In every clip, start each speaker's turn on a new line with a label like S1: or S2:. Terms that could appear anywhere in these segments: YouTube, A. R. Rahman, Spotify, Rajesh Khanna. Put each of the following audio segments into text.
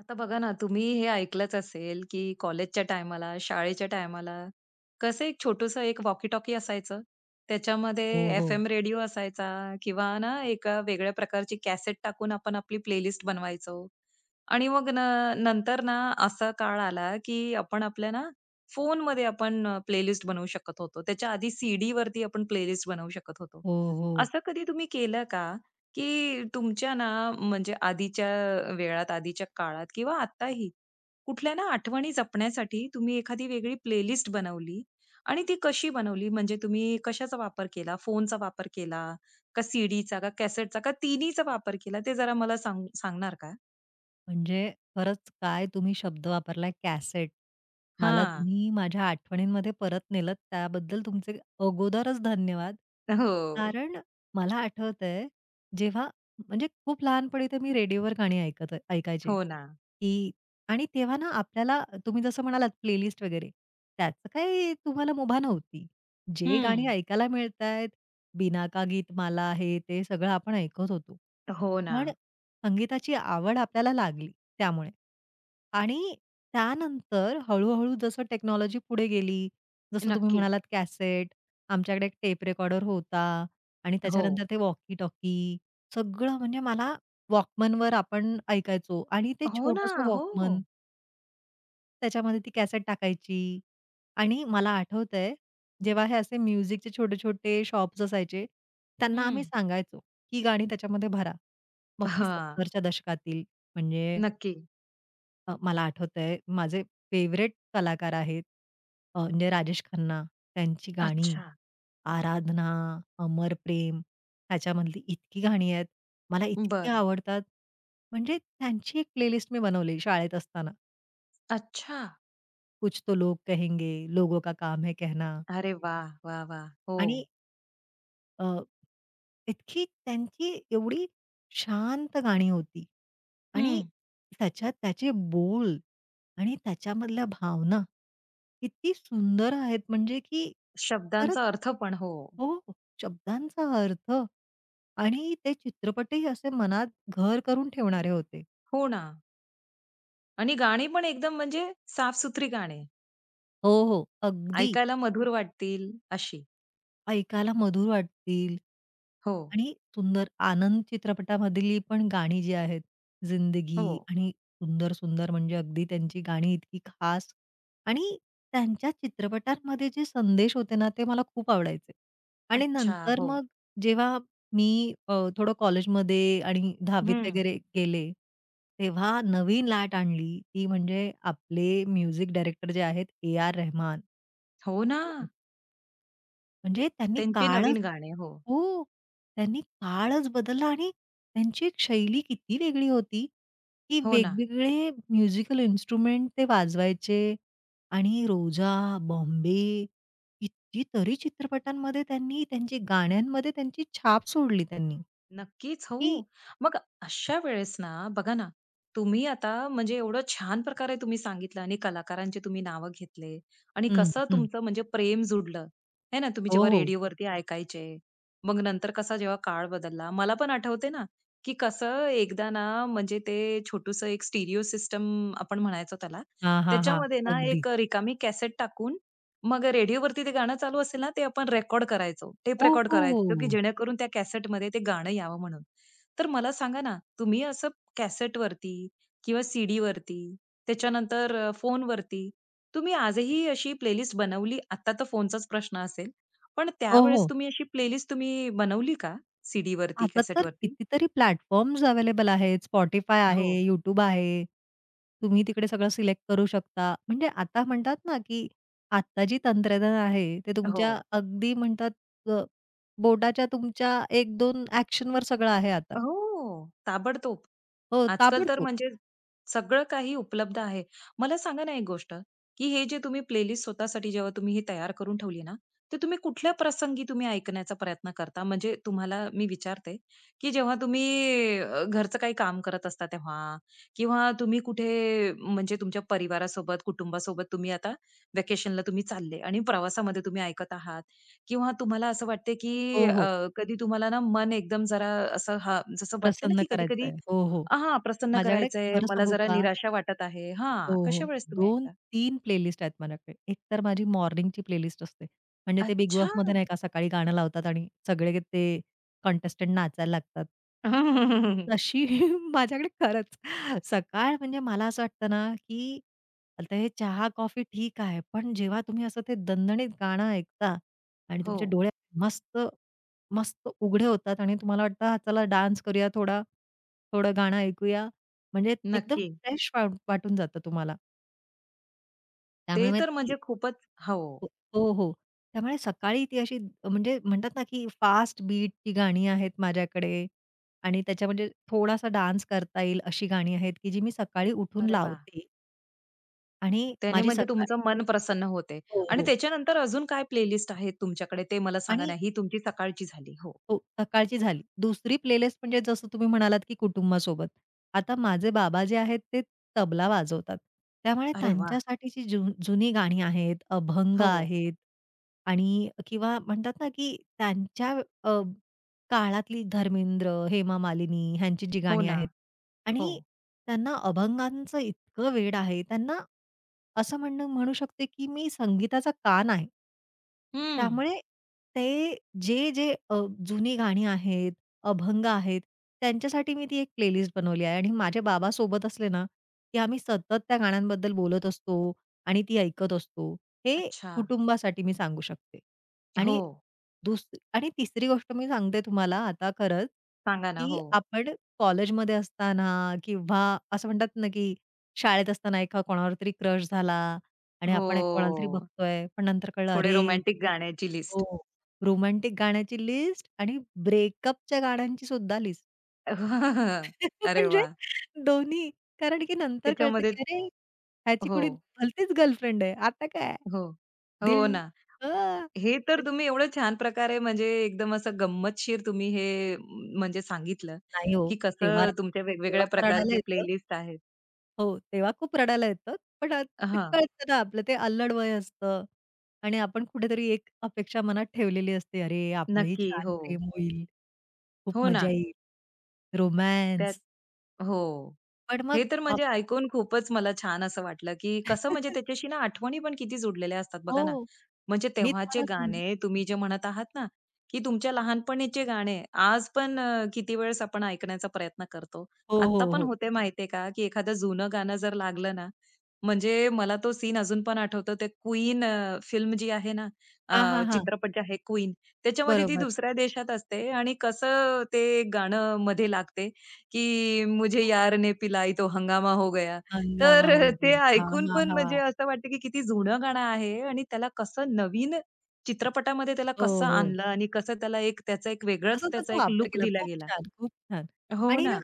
S1: आता बघा ना, तुम्ही हे ऐकलंच असेल, की कॉलेजच्या टायमाला, शाळेच्या टायमाला कसं एक छोटंसं एक वॉकी-टॉकी असायचं. त्याच्यामध्ये
S2: हो, हो.
S1: एफ-एम रेडिओ असायचा किंवा ना एका वेगळ्या प्रकारची कॅसेट टाकून आपण आपली प्लेलिस्ट बनवायचो. आणि मग न नंतर ना असा काळ आला, की आपण आपल्या ना फोनमध्ये आपण प्लेलिस्ट बनवू शकत होतो. त्याच्या आधी सीडीवरती आपण प्लेलिस्ट बनवू शकत होतो.
S2: हो, हो.
S1: असं कधी तुम्ही केलं का? की तुमच्या ना म्हणजे आधीच्या वेळात, आधीच्या काळात किंवा आत्ताही कुठल्या ना आठवणी जपण्यासाठी तुम्ही एखादी वेगळी प्लेलिस्ट बनवली आणि ती कशी बनवली? म्हणजे तुम्ही कशाचा वापर केला? फोनचा वापर केला? का सीडीचा? का कॅसेटचा? का तिन्हीचा वापर केला? ते जरा मला सांगणार का?
S2: म्हणजे खरंच काय तुम्ही शब्द वापरलाय कॅसेट. मला
S1: हां.
S2: तुम्ही माझ्या आठवणींमध्ये परत नेलत त्याबद्दल तुमचे अगोदरच धन्यवाद.
S1: हो.
S2: कारण मला आठवतंय जेव्हा म्हणजे खूप लहानपणी तर मी रेडिओवर गाणी ऐकायचे,
S1: हो ना.
S2: की आणि तेव्हा ना आपल्याला तुम्ही जसं म्हणालात प्लेलिस्ट वगैरे त्याचं काही तुम्हाला मुभा नव्हती. जे गाणी
S1: हं.
S2: ऐकायला मिळतायत, बिनाका गीतमाला हे ते सगळं आपण ऐकत होतो.
S1: हो ना.
S2: पण संगीताची आवड आपल्याला लागली त्यामुळे. आणि त्यानंतर हळू-हळू जसं टेक्नॉलॉजी पुढे गेली, जसं तुम्ही
S1: नक्की.
S2: म्हणालात कॅसेट, आमच्याकडे एक टेप रेकॉर्डर होता आणि
S1: हो.
S2: त्याच्यानंतर ते वॉकी-टॉकी सगळं म्हणजे मला वॉकमनवर आपण ऐकायचो आणि ते
S1: हो ना.
S2: छोटंसं
S1: हो.
S2: वॉकमन त्याच्यामध्ये ती कॅसेट टाकायची आणि मला आठवतंय, जेव्हा हे असे म्युझिकचे छोटे-छोटे शॉप्स असायचे, त्यांना आम्ही
S1: हं.
S2: सांगायचो, की गाणी त्याच्यामध्ये भरा." मग ती
S1: हां.
S2: 70च्या दशकातील म्हणजे
S1: नक्की.
S2: मला आठवतंय माझे फेव्हरेट कलाकार आहेत म्हणजे राजेश खन्ना, त्यांची गाणी,
S1: अच्छा.
S2: "आराधना", "अमर प्रेम" ह्याच्यामधली इतकी गाणी आहेत, मला इतकी
S1: बरं.
S2: आवडतात. म्हणजे त्यांची एक प्लेलिस्ट मी बनवली शाळेत असताना.
S1: अच्छा.
S2: कुछ तो लोग कहेंगे, लोगों का काम है कहना.
S1: अरे वा, वा, वा, हो.
S2: आणि अ, इतकी त्यांची एवढी शांत गाणी होती आणि
S1: हं.
S2: त्याच्यात त्याचे बोल आणि त्याच्यामधल्या भावना किती सुंदर आहेत म्हणजे की खरंच
S1: शब्दांचा अर्थ पण हो.
S2: हो, शब्दांचा अर्थ आणि ते चित्रपटही असे मनात घर करून ठेवणारे होते.
S1: हो ना. आणि गाणी पण एकदम म्हणजे साफसुथरी गाणी.
S2: हो, हो. अगदी.
S1: ऐकायला मधुर वाटतील अशी.
S2: ऐकायला मधुर वाटतील
S1: हो,
S2: आणि सुंदर आनंद चित्रपटामधली पण गाणी जी आहेत, जिंदगी
S1: हो.
S2: आणि सुंदर, सुंदर म्हणजे अगदी त्यांची गाणी इतकी खास आणि त्यांच्या चित्रपटांमध्ये जे संदेश होते ना, ते मला खूप आवडायचे. आणि
S1: अच्छा,
S2: नंतर
S1: हो.
S2: मग जेव्हा मी थोडं कॉलेजमध्ये आणि 10वीत
S1: हं.
S2: वगैरे गेले, तेव्हा नवीन लाट आणली, ती म्हणजे आपले म्युझिक डायरेक्टर जे आहेत ए. आर. रेहमान.
S1: हो ना.
S2: म्हणजे त्यांनी
S1: त्यांची नवीन
S2: काळच
S1: गाणी. हो.
S2: हो, त्यांनी काळच बदलला आणि त्यांची एक शैली किती वेगळी होती, की
S1: हो ना.
S2: वेगवेगळे म्युझिकल इन्स्ट्रुमेंट ते वाजवायचे आणि रोजा, बॉम्बे कितीतरी चित्रपटांमध्ये त्यांनी त्यांची गाण्यांमध्ये त्यांची छाप सोडली त्यांनी,
S1: नक्कीच, हो.
S2: की
S1: मग अशा वेळेस ना, बघा ना, तुम्ही आता म्हणजे एवढं छान प्रकारे तुम्ही सांगितलं आणि कलाकारांचे तुम्ही नावं घेतले आणि
S2: हं,
S1: कसं
S2: हं.
S1: तुमचं म्हणजे प्रेम जुडलं, है ना, तुम्ही
S2: हो,
S1: जेव्हा
S2: हो.
S1: रेडिओवरती ऐकायचे. मग नंतर कसा जेव्हा काळ बदलला. मला पण आठवते ना, की कसं एकदा ना, म्हणजे ते छोटूसं एक स्टिरिओ सिस्टम आपण म्हणायचो त्याला.
S2: हां, हां, हां.
S1: त्याच्यामध्ये ना,
S2: अगदी.
S1: एक रिकामी कॅसेट टाकून मग रेडिओवरती ते गाणं चालू असेल ना, ते आपण रेकॉर्ड करायचो. टेप
S2: हो,
S1: रेकॉर्ड करायचो, की
S2: हो.
S1: जेणेकरून त्या कॅसेटमध्ये ते गाणं यावं म्हणून. तर मला सांगा ना, तुम्ही असं कॅसेटवरती किंवा सीडीवरती, त्याच्यानंतर फोनवरती तुम्ही आजही अशी प्लेलिस्ट बनवली? आता तर फोनचाच प्रश्न असेल, पण
S2: हो, हो. हो.
S1: त्यावेळेस तुम्ही अशी प्लेलिस्ट तुम्ही बनवली का सीडीवरती,
S2: आता तर
S1: कॅसेटवरती?
S2: कितीतरी प्लॅटफॉर्म्स अवेलेबल आहेत. Spotify आहे,
S1: हो,
S2: YouTube आहे. तुम्ही तिकडे सगळं सिलेक्ट करू शकता. म्हणजे आता म्हणतात ना, की आता जी तंत्रज्ञान आहे, ते
S1: हो.
S2: तुमच्या अगदी म्हणतात अ, बोटाच्या तुमच्या एक 2 ॲक्शनवर सगळं आहे आता.
S1: हो, ताबडतोब.
S2: हो,
S1: आजकाल तर
S2: ताबडतोब.
S1: म्हणजे सगळं काही उपलब्ध आहे. मला सांगा ना एक गोष्ट, की हे जे तुम्ही प्लेलिस्ट स्वतःसाठी जेव्हा तुम्ही ही तयार करून ठेवली ना, ते तुम्ही कुठल्या प्रसंगी तुम्ही ऐकण्याचा प्रयत्न करता? म्हणजे तुम्हाला मी विचारते, की जेव्हा तुम्ही घरचं काही काम करत असता तेव्हा किंवा तुम्ही कुठे म्हणजे तुमच्या परिवारासोबत, कुटुंबासोबत तुम्ही आता व्हॅकेशनला तुम्ही चालले आणि प्रवासामध्ये तुम्ही ऐकत आहात किंवा तुम्हाला असं वाटते, की
S2: हो, हो.
S1: कधी तुम्हाला ना मन एकदम जरा असं हां, जसं वाटतं ना,
S2: प्रसन्न
S1: की
S2: करायचंय.
S1: कधी-कधी
S2: हो, हो.
S1: हां, प्रसन्न
S2: माझ्याकडे
S1: करायचंय,
S2: खरं
S1: मला
S2: सांगू
S1: जरा
S2: का
S1: निराशा वाटत आहे.
S2: हो,
S1: हां, कशा
S2: हो.
S1: वेळेस तुम्ही ऐकता?
S2: 2-3 प्लेलिस्ट आहेत माझ्याकडे. एक तर माझी मॉर्निंगची प्लेलिस्ट असते. म्हणजे ते बिग
S1: अच्छा!
S2: बॉसमध्ये नाही का सकाळी गाणं लावतात आणि सगळे ते कंटेस्टंट नाचायला लागतात. तर तशी माझ्याकडे खरंच सकाळ म्हणजे मला असं वाटतं ना, की आता हे चहा-कॉफी ठीक आहे. पण जेव्हा तुम्ही असं ते दणदणीत गाणं ऐकता आणि
S1: हो,
S2: तुमचे डोळे मस्त, मस्त उघडे होतात आणि तुम्हाला वाटतं, "हा, "चला डान्स करूया थोडा, थोडं गाणं ऐकूया." म्हणजे एकदम
S1: नक्की.
S2: फ्रेश वाटून जातं तुम्हाला. त्यामुळे
S1: ते
S2: मग
S1: तर
S2: ती
S1: म्हणजे खूपच हो.
S2: हो, हो. हो. त्यामुळे सकाळी ती अशी म्हणजे म्हणतात ना, की फास्ट बीटची गाणी आहेत माझ्याकडे आणि त्याच्या म्हणजे थोडासा डान्स करता येईल अशी गाणी आहेत, की जी मी सकाळी उठून
S1: अरे वा,
S2: लावते आणि
S1: त्याने
S2: माझी
S1: म्हणजे
S2: सकाळ
S1: तुमचं मन प्रसन्न होते
S2: हो,
S1: आणि
S2: हो.
S1: त्याच्यानंतर अजून काय प्लेलिस्ट आहेत तुमच्याकडे ते मला सांगा
S2: आणि
S1: ना? ही तुमची सकाळची झाली. हो.
S2: हो, सकाळची झाली. दुसरी प्लेलिस्ट म्हणजे जसं तुम्ही म्हणालात, की कुटुंबासोबत. आता माझे बाबा जे आहेत ते तबला वाजवतात. त्यामुळे
S1: अरे वाह!
S2: त्यांच्यासाठीची जुनी गाणी आहेत, अभंग
S1: हो,
S2: आहेत आणि किंवा म्हणतात ना, की त्यांच्या अ, काळातली धर्मेंद्र, हेमा मालिनी ह्यांची जी
S1: हो
S2: गाणी
S1: ना.
S2: आहेत
S1: हो.
S2: आणि त्यांना अभंगांचं इतकं वेड आहे. त्यांना असं म्हणणं म्हणू शकते, की मी संगीताचा कान आहे.
S1: हं.
S2: त्यामुळे ते जे जुनी गाणी आहेत, अभंग आहेत, त्यांच्यासाठी मी ती एक प्लेलिस्ट बनवली आहे आणि माझे बाबा सोबत असले ना, की आम्ही सतत त्या गाण्यांबद्दल बोलत असतो आणि ती ऐकत असतो. हे
S1: अच्छा.
S2: कुटुंबासाठी मी सांगू शकते.
S1: हो,
S2: आणि दुस आणि तिसरी गोष्ट मी सांगते तुम्हाला आता खरंच,
S1: सांगा ना.
S2: की
S1: हो.
S2: आपण कॉलेजमध्ये असताना किंवा असं म्हणतात ना, की शाळेत असताना एका कोणावर तरी क्रश झाला आणि आपण एक कोणाला तरी
S1: हो,
S2: बघतोय, पण नंतर कळलं,
S1: थोडे
S2: "अरे
S1: रोमॅन्टिक गाण्याची लिस्ट.
S2: हो. रोमॅन्टिक गाण्याची लिस्ट आणि ब्रेकअपच्या गाण्यांची सुद्धा लिस्ट.
S1: अरे
S2: म्हणजे
S1: वाह!
S2: दोन्ही. कारण की नंतर कळतं
S1: त्याच्यामध्ये
S2: की अरे, ह्याची
S1: हो.
S2: कुणी भलतीच गर्लफ्रेंड आहे. आता काय?
S1: हो. हो
S2: दिल
S1: ना.
S2: हां.
S1: हे तर तुम्ही एवढं छान प्रकारे म्हणजे एकदम असं गंमतशीर तुम्ही हे म्हणजे सांगितलं,
S2: नाही हो.
S1: की
S2: तेव्हा
S1: कसं तुमच्या
S2: तेव्हा
S1: वेगवेगळ्या
S2: तर रडायला
S1: प्रकारचे
S2: येतं.
S1: प्लेलिस्ट आहेत.
S2: हो, तेव्हा खूप रडायला येतं. पण ते
S1: हां.
S2: कळतं ना आपलं ते अल्लड वय असतं आणि आपण कुठेतरी एक अपेक्षा मनात ठेवलेली असते. अरे, आपलंही
S1: नक्की.
S2: छान
S1: हो.
S2: प्रेम होईल. खूप
S1: हो
S2: मजा
S1: ना.
S2: येईल.
S1: त्यात
S2: रोमॅन्स.
S1: हो.
S2: पण
S1: हे
S2: मग
S1: तर
S2: आप
S1: म्हणजे ऐकून खूपच मला छान असं वाटलं, की कसं म्हणजे त्याच्याशी ना आठवणी पण किती जुडलेल्या असतात बघा ना.
S2: हो.
S1: म्हणजे
S2: मी
S1: तेव्हाचे
S2: तुम्हाला सांगू
S1: गाणे तुम्ही जे म्हणत आहात ना, की तुमच्या लहानपणीचे गाणे आज पण किती वेळेस आपण ऐकण्याचा प्रयत्न करतो.
S2: हो,
S1: आत्ता
S2: हो,
S1: पण
S2: हो.
S1: होते माहितीये का, की एखादं जुनं गाणं जर लागलं ना, म्हणजे मला तो सीन अजून पण आठवतो. ते क्वीन फिल्म जी आहे ना,
S2: हां, हां, हां.
S1: चित्रपट जे आहे क्वीन, त्याच्यामध्ये ती
S2: बरोबर.
S1: दुसऱ्या देशात असते आणि कसं ते गाणं मध्ये लागते, की मुझे
S2: हो.
S1: यार ने पिलाई तो हंगामा हो गया.
S2: हंगामा
S1: तर
S2: हो
S1: ते
S2: गया. हां,
S1: ऐकून
S2: हां,
S1: पण म्हणजे
S2: हां.
S1: असं वाटतं की किती जुनं गाणं आहे आणि त्याला कसं नवीन चित्रपटामध्ये त्याला
S2: हो,
S1: कसं
S2: हो.
S1: आणलं आणि कसं त्याला एक त्याचा एक
S2: तसा
S1: वेगळाच त्याचा
S2: त्याचा
S1: एक
S2: वापर
S1: लुक
S2: केला.
S1: दिला
S2: खूप
S1: गेला.
S2: छान, खूप छान.
S1: हो
S2: आणि ना,
S1: ना.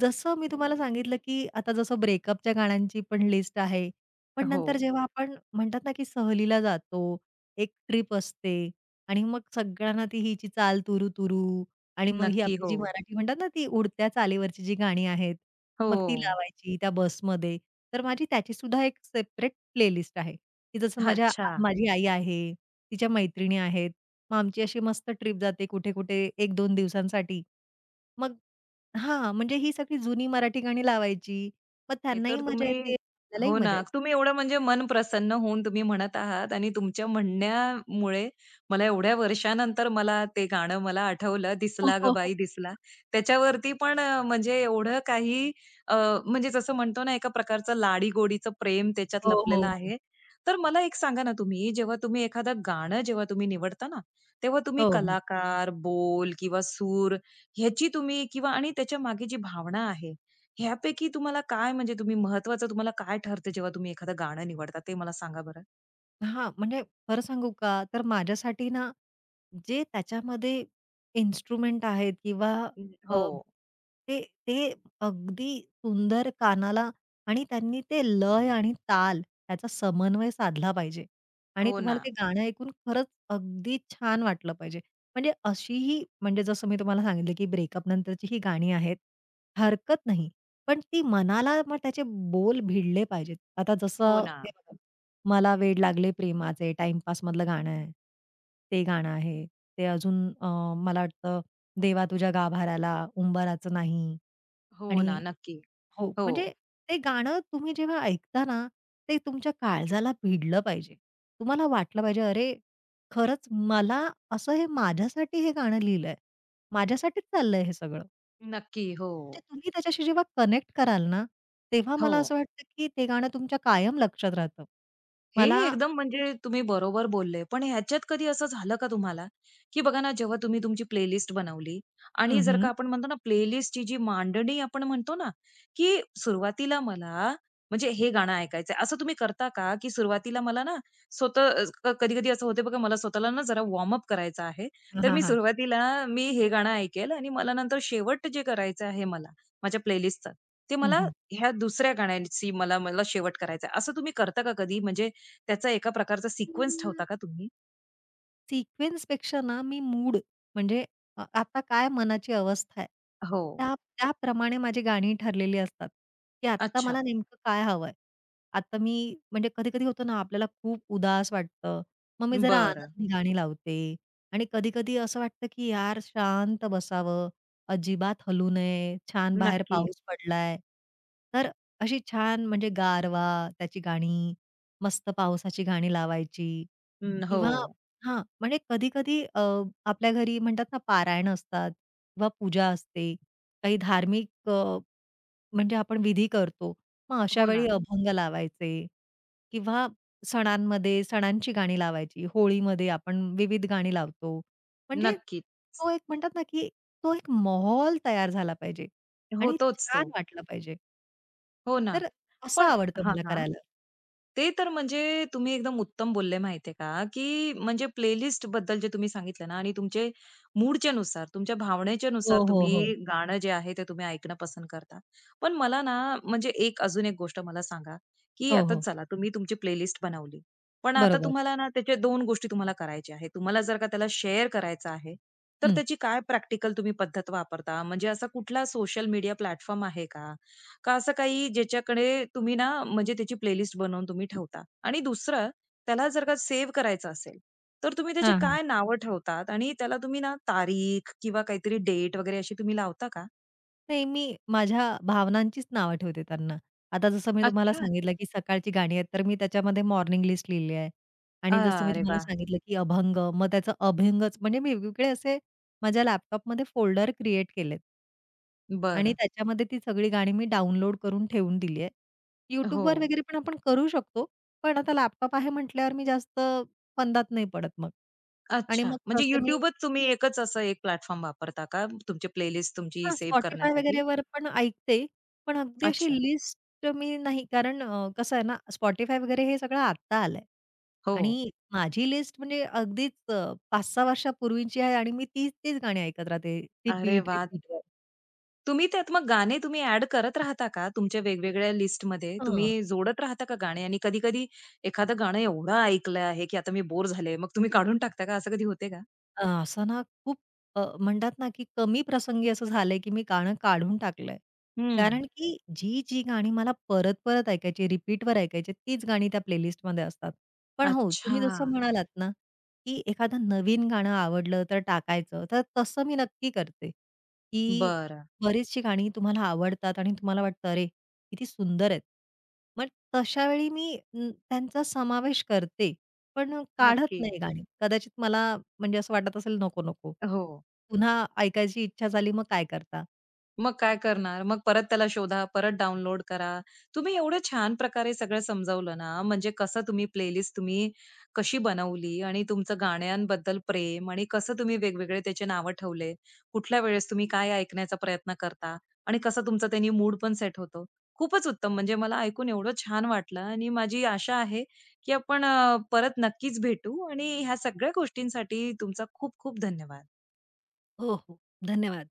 S2: जसं मी तुम्हाला सांगितलं, की आता जसं ब्रेकअपच्या गाण्यांची पण लिस्ट आहे. पण
S1: हो.
S2: नंतर जेव्हा आपण म्हणतात ना, की सहलीला जातो, एक ट्रिप असते आणि मग सगळ्यांना ती हिची चाल तुरू-तुरू आणि मग ही
S1: नक्की.
S2: आपली
S1: हो.
S2: जी मराठी म्हणतात ना, ती उडत्या चालीवरची जी गाणी आहेत, मग
S1: हो.
S2: ती लावायची त्या बसमध्ये. तर माझी त्याची सुद्धा एक सेपरेट प्लेलिस्ट आहे, की जसं माझ्या
S1: अच्छा.
S2: माझी आई आहे, तिच्या मैत्रिणी आहेत. मग आमची अशी मस्त ट्रिप जाते कुठे-कुठे 1-2 दिवसांसाठी. मग हां, म्हणजे ही सगळी जुनी मराठी गाणी लावायची. मग
S1: हे
S2: त्यांनाही
S1: तर
S2: मजा
S1: तुम्ही
S2: येते, आपल्यालाही
S1: हो ना.
S2: मजा येते.
S1: तुम्ही एवढं म्हणजे मन प्रसन्न होऊन तुम्ही म्हणत आहात आणि तुमच्या म्हणण्यामुळे मला एवढ्या वर्षानंतर मला ते गाणं मला आठवलं,
S2: हो,
S1: "दिसला गं
S2: हो, हो.
S1: बाई दिसला." त्याच्यावरती पण म्हणजे एवढं काही अ, म्हणजे जसं म्हणतो ना एका प्रकारचं लाडी-गोडीचं प्रेम त्याच्यात
S2: हो, हो,
S1: लपलेलं
S2: हो.
S1: आहे. तर मला एक सांगा ना तुम्ही, जेव्हा तुम्ही एखादं गाणं जेव्हा तुम्ही निवडता ना, तेव्हा
S2: हो,
S1: तुम्ही
S2: हो.
S1: कलाकार, बोल किंवा सूर ह्याची तुम्ही किंवा आणि त्याच्या मागे जी भावना आहे, ह्यापैकी तुम्हाला काय म्हणजे तुम्ही महत्वाचं तुम्हाला काय ठरतं जेव्हा तुम्ही एखादं गाणं निवडता ते मला सांगा बरं?
S2: हां, म्हणजे खरं सांगू का? तर माझ्यासाठी ना, जे त्याच्यामध्ये इन्स्ट्रुमेंट आहेत किंवा
S1: हं.
S2: अ,
S1: हो.
S2: ते ते अगदी सुंदर कानाला आणि त्यांनी ते लय आणि ताल याचा समन्वय साधला पाहिजे आणि
S1: हो
S2: तुम्हाला
S1: ना.
S2: ते गाणं ऐकून खरंच अगदी छान वाटलं पाहिजे. म्हणजे अशीही म्हणजे जसं मी तुम्हाला सांगितलं, की ब्रेकअप नंतरची ही गाणी आहेत. हरकत नाही, पण ती मनाला मग त्याचे बोल भिडले पाहिजेत. आता
S1: हो
S2: जसं
S1: ना.
S2: हे बघा मला वेड लागले प्रेमाचे, टाईमपासमधलं गाणं आहे. ते गाणं आहे. ते अजून मला वाटतं देवा तुझ्या गाभाराला उंबराचं नाही
S1: हो ना.
S2: आणि
S1: नक्की.
S2: हो,
S1: हो.
S2: म्हणजे ते गाणं तुम्ही जेव्हा ऐकता ना, ते तुमच्या काळजाला भिडलं पाहिजे. तुम्हाला वाटलं पाहिजे, "अरे, खरंच मला असं हे माझ्यासाठी हे गाणं लिहिलंय. माझ्यासाठीच चाललंय हे सगळं."
S1: नक्की. हो.
S2: म्हणजे तुम्ही त्याच्याशी जेव्हा कनेक्ट कराल ना, तेव्हा
S1: हो.
S2: मला असं वाटतं, की ते गाणं तुमच्या कायम लक्षात राहतं.
S1: हे
S2: मला
S1: एकदम म्हणजे तुम्ही बरोबर बोलले. पण ह्याच्यात कधी असं झालं का तुम्हाला, की बघा ना, जेव्हा तुम्ही तुमची प्लेलिस्ट बनवली आणि जर
S2: हं,
S1: का आपण म्हणतो ना, प्लेलिस्टची जी मांडणी आपण म्हणतो ना, की सुरुवातीला मला म्हणजे हे गाणं ऐकायचंय, असं तुम्ही करता का, की सुरुवातीला मला ना स्वतः कधी-कधी असं होतं बघा, मला स्वतःला ना जरा वॉर्म अप करायचं आहे. तर
S2: हां,
S1: मी
S2: हां.
S1: सुरुवातीला मी हे गाणं ऐकेल आणि मला नंतर शेवट जे करायचं आहे मला, माझ्या प्लेलिस्टचं, ते मला
S2: हं,
S1: ह्या दुसऱ्या गाण्याची मला मला शेवट करायचा असं तुम्ही करता का कधी? म्हणजे त्याचा एका प्रकारचा सिक्वेन्स
S2: हं.
S1: ठेवता का तुम्ही?
S2: सिक्वेन्सपेक्षा ना मी मूड म्हणजे आता काय मनाची अवस्था आहे,
S1: हो.
S2: त्या त्याप्रमाणे माझी गाणी ठरलेली असतात, की आत्ता
S1: अच्छा.
S2: मला नेमकं काय हवंय. आता मी म्हणजे कधी-कधी होतं ना आपल्याला खूप उदास वाटतं, मग मी जरा
S1: बरं.
S2: आनंदी गाणी लावते आणि कधी-कधी असं वाटतं, की यार शांत बसावं, अजिबात हलू नये, छान बाहेर
S1: नक्की.
S2: पाऊस पडलाय. तर अशी छान म्हणजे गारवा त्याची गाणी, मस्त पावसाची गाणी लावायची
S1: हं. हो.
S2: किंवा हां, म्हणजे कधी-कधी आपल्या घरी म्हणतात ना पारायण असतात किंवा पूजा असते. काही धार्मिक म्हणजे आपण विधी करतो. मग अशा
S1: हो
S2: वेळी
S1: ना.
S2: हं. अभंग लावायचे किंवा सणांमध्ये सणांची गाणी लावायची. होळीमध्ये आपण विविध गाणी लावतो. म्हणजे
S1: नक्की.
S2: तो एक म्हणतात ना, की तो एक माहोल तयार झाला पाहिजे आणि
S1: होतोच तो.
S2: छान वाटलं पाहिजे.
S1: हो ना.
S2: तर असं
S1: पण
S2: आवडतं
S1: हां,
S2: मला
S1: हां.
S2: करायला.
S1: ते तर म्हणजे तुम्ही एकदम उत्तम बोलले माहितीये का, की म्हणजे प्लेलिस्ट बद्दल जे तुम्ही सांगितलं ना आणि तुमचे मूडच्या नुसार, तुमच्या भावनेच्या
S2: हो,
S1: नुसार
S2: हो,
S1: तुम्ही
S2: हो.
S1: गाणं जे आहे ते तुम्ही ऐकणं पसंत करता. पण मला ना म्हणजे एक अजून एक गोष्ट मला सांगा, की
S2: हो,
S1: आता
S2: हो.
S1: चला तुम्ही तुमची प्लेलिस्ट बनवली. पण आता
S2: बरोबर.
S1: तुम्हाला ना त्याच्या 2 गोष्टी तुम्हाला करायच्या आहेत. तुम्हाला जर का त्याला शेअर करायचं आहे, तर
S2: हं.
S1: त्याची काय प्रॅक्टिकल तुम्ही पद्धत वापरता? म्हणजे असा कुठला सोशल मीडिया प्लॅटफॉर्म आहे का? का असं काही ज्याच्याकडे तुम्ही ना म्हणजे त्याची प्लेलिस्ट बनवून तुम्ही ठेवता? आणि दुसरं त्याला जर का सेव्ह करायचं असेल, तर तुम्ही त्याची
S2: हां, हां.
S1: काय नावं ठेवतात? आणि त्याला तुम्ही ना तारीख किंवा काहीतरी डेट वगैरे अशी तुम्ही लावता का?
S2: नाही, मी माझ्या भावनांचीच नावं ठेवते त्यांना. आता जसं मी तुम्हाला
S1: अच्छा.
S2: सांगितलं, की सकाळची गाणी आहेत, तर मी त्याच्यामध्ये मॉर्निंग लिस्ट लिहिली आहे. आणि जसं मी
S1: अरे
S2: तुम्हाला
S1: वाह!
S2: सांगितलं, की अभंग, मग त्याचं अभंगच म्हणजे मी वेगवेगळे असे माझ्या लॅपटॉपमध्ये फोल्डर क्रिएट केलेत. आणि
S1: बरं.
S2: त्याच्यामध्ये ती सगळी गाणी मी डाउनलोड करून ठेवून दिली आहेत.
S1: हो.
S2: YouTubeवर वगैरे पण आपण करू शकतो. पण आता लॅपटॉप आहे म्हटल्यावर मी जास्त फंदात नाही पडत मग. आणि
S1: अच्छा.
S2: मग
S1: म्हणजे
S2: तसे मी
S1: YouTubeच तुम्ही एकच असं एक प्लॅटफॉर्म वापरता का तुमची प्लेलिस्ट तुमची
S2: हां,
S1: सेव्ह
S2: Spotify
S1: करण्यासाठी?
S2: वगैरेवर पण ऐकते. पण अगदी अशी
S1: अच्छा.
S2: लिस्ट मी नाही कारण कसं आहे ना, Spotify वगैरे हे सगळं आत्ता आलंय
S1: हो.
S2: आणि माझी लिस्ट म्हणजे अगदीच 5-6 वर्षापूर्वीची आहे आणि मी तीच-तीच गाणी ऐकत राहते
S1: अरे
S2: रिपीट,
S1: वाह!
S2: रिपीटवर.
S1: तुम्ही त्यात मग गाणे तुम्ही ॲड करत राहता का? तुमच्या वेगवेगळ्या लिस्टमध्ये
S2: हां.
S1: तुम्ही जोडत राहता का गाणे? आणि कधी-कधी एखादं गाणं एवढं ऐकलं आहे, की आता मी बोर झाले, मग तुम्ही काढून टाकता का? असं कधी होते का?
S2: असं ना खूप म्हणतात ना, की कमी प्रसंगी असं झालंय, की मी गाणं काढून टाकलंय.
S1: हं.
S2: कारण की जी गाणी मला परत-परत ऐकायची, रिपीटवर ऐकायची, तीच गाणी त्या प्लेलिस्टमध्ये असतात. पण हो,
S1: अच्छा.
S2: तुम्ही जसं म्हणालात ना, की एखादं नवीन गाणं आवडलं तर टाकायचं, तर तसं मी नक्की करते, की
S1: बरं.
S2: बरीचशी गाणी तुम्हाला आवडतात आणि तुम्हाला वाटतं, "अरे, किती सुंदर आहेत." मग तशा वेळी मी त्यांचा समावेश करते. पण काढत
S1: नक्की.
S2: नाही गाणी. कदाचित मला म्हणजे असं वाटत असेल नको, नको.
S1: हो.
S2: पुन्हा ऐकायची इच्छा झाली मग काय करता?
S1: मग काय करणार? मग परत त्याला शोधा, परत डाउनलोड करा. तुम्ही एवढं छान प्रकारे सगळं समजावलं ना, म्हणजे कसं तुम्ही प्लेलिस्ट तुम्ही कशी बनवली आणि तुमचं गाण्यांबद्दल प्रेम आणि कसं तुम्ही वेगवेगळे त्याचे नावं ठेवले. कुठल्या वेळेस तुम्ही काय ऐकण्याचा प्रयत्न करता आणि कसं तुमचा त्यांनी मूड पण सेट होतो. खूपच उत्तम. म्हणजे मला ऐकून एवढं छान वाटलं आणि माझी आशा आहे, की आपण परत नक्कीच भेटू आणि ह्या सगळ्या गोष्टींसाठी तुमचा खूप खूप धन्यवाद.
S2: हो, हो. धन्यवाद.